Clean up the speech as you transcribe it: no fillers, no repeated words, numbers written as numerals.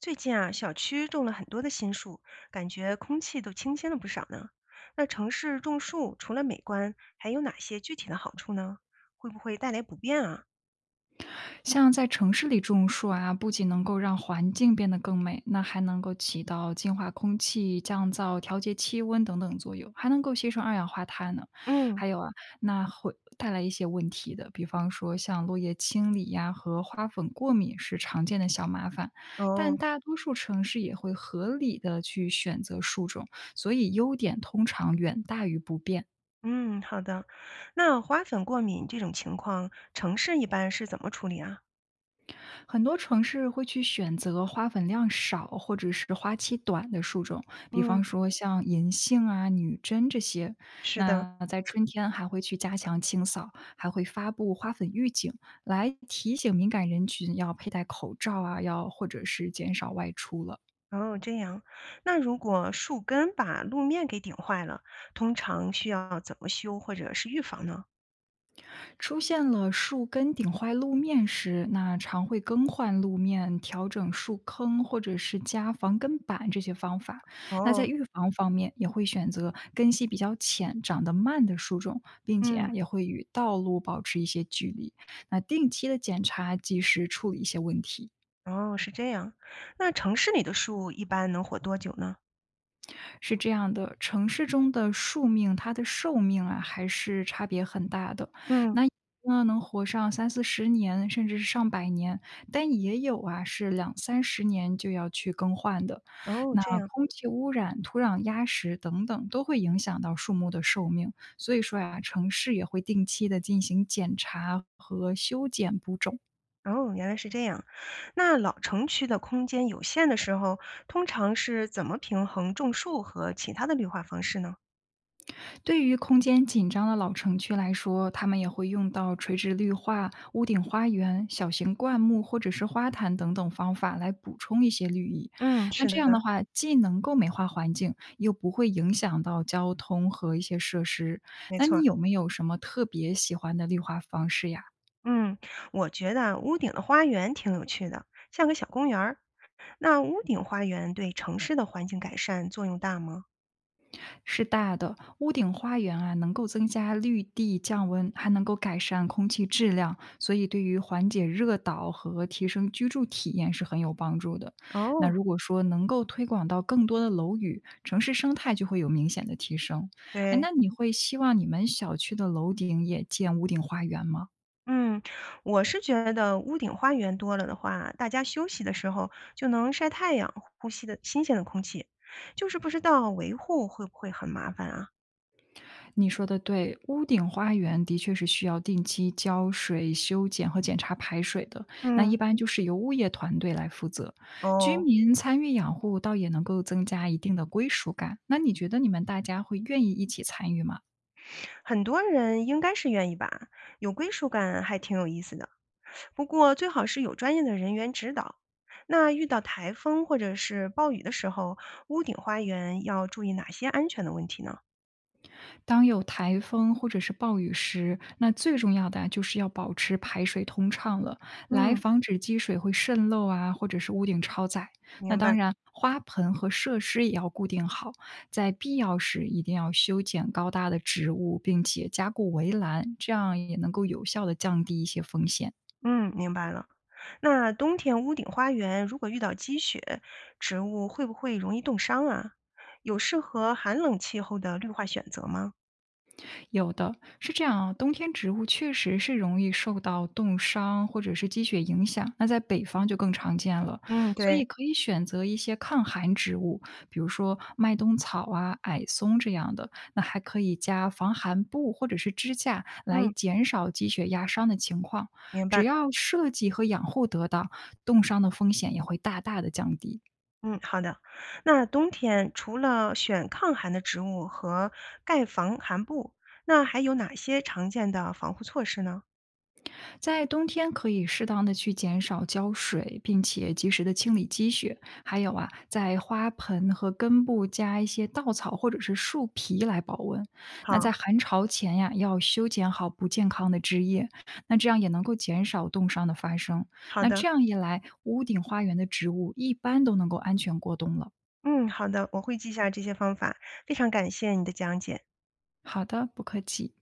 最近啊，小区种了很多的新树，感觉空气都清新了不少呢。那城市种树除了美观，还有哪些具体的好处呢？会不会带来不便啊？像在城市里种树啊，不仅能够让环境变得更美，那还能够起到净化空气、降噪、调节气温等等作用，还能够吸收二氧化碳呢。嗯，还有啊，那会带来一些问题的，比方说像落叶清理呀、和花粉过敏是常见的小麻烦，但哦，大多数城市也会合理的去选择树种，所以优点通常远大于不便。嗯，好的。那花粉过敏这种情况，城市一般是怎么处理啊？很多城市会去选择花粉量少或者是花期短的树种，比嗯，方说像银杏啊、女贞这些。是的。那在春天还会去加强清扫，还会发布花粉预警，来提醒敏感人群要佩戴口罩啊，要或者是减少外出了。哦，这样。那如果树根把路面给顶坏了，通常需要怎么修或者是预防呢？出现了树根顶坏路面时，那常会更换路面、调整树坑或者是加防根板这些方法。那在哦，预防方面，也会选择根系比较浅、长得慢的树种，并且啊嗯。也会与道路保持一些距离。那定期的检查，及时处理一些问题。哦，是这样。那城市里的树一般能活多久呢？是这样的，城市中的树命，它的寿命啊，还是差别很大的。嗯，那呢，能活上3、40年，甚至是上百年，但也有啊，是2、30年就要去更换的。哦，那这样，空气污染、土壤压实等等，都会影响到树木的寿命。所以说呀、城市也会定期的进行检查和修剪补种。哦，原来是这样。那老城区的空间有限的时候，通常是怎么平衡种树和其他的绿化方式呢？对于空间紧张的老城区来说，他们也会用到垂直绿化、屋顶花园、小型灌木或者是花坛等等方法来补充一些绿意。嗯，那是这样的，的话，既能够美化环境，又不会影响到交通和一些设施。没那错你儿有没有什么特别喜欢的绿化方式呀？嗯，我觉得屋顶的花园挺有趣的，像个小公园儿。那屋顶花园对城市的环境改善作用大吗？是大的。屋顶花园啊，能够增加绿地降温，还能够改善空气质量，所以对于缓解热岛和提升居住体验是很有帮助的。那哦，如果说能够推广到更多的楼宇，城市生态就会有明显的提升。哎，对。那你会希望你们小区的楼顶也建屋顶花园吗？嗯，我是觉得屋顶花园多了的话，大家休息的时候就能晒太阳，呼吸的新鲜的空气。就是不知道维护会不会很麻烦啊？你说的对，屋顶花园的确是需要定期浇水、修剪和检查排水的。那嗯，一般就是由物业团队来负责，居哦，民参与养护，倒也能够增加一定的归属感。那你觉得你们大家会愿意一起参与吗？很多人应该是愿意吧，有归属感还挺有意思的。不过最好是有专业的人员指导。那遇到台风或者是暴雨的时候，屋顶花园要注意哪些安全的问题呢？当有台风或者是暴雨时，那最重要的啊就是要保持排水通畅了，来嗯，防止积水会渗漏啊，或者是屋顶超载。那明白。当然，花盆和设施也要固定好，在必要时一定要修剪高大的植物，并且加固围栏，这样也能够有效的降低一些风险。嗯，明白了。那冬天屋顶花园如果遇到积雪，植物会不会容易冻伤啊？有适合寒冷气候的绿化选择吗？有的，是这样啊，冬天植物确实是容易受到冻伤或者是积雪影响，那在北方就更常见了。嗯，所以对，可以选择一些抗寒植物，比如说麦冬草啊、矮松这样的。那还可以加防寒布或者是支架，来嗯，减少积雪压伤的情况。明只白。要设计和养护得当，冻伤的风险也会大大的降低。嗯，好的。那冬天除了选抗寒的植物和盖防寒布，那还有哪些常见的防护措施呢？在冬天可以适当的去减少浇水，并且及时的清理积雪。还有啊，在花盆和根部加一些稻草或者是树皮来保温。那在好，寒潮前呀，要修剪好不健康的枝叶，那这样也能够减少冻伤的发生。好那的，这样一来，屋顶花园的植物一般都能够安全过冬了。嗯，好的，我会记下这些方法。非常感谢你的讲解。好的，不客气。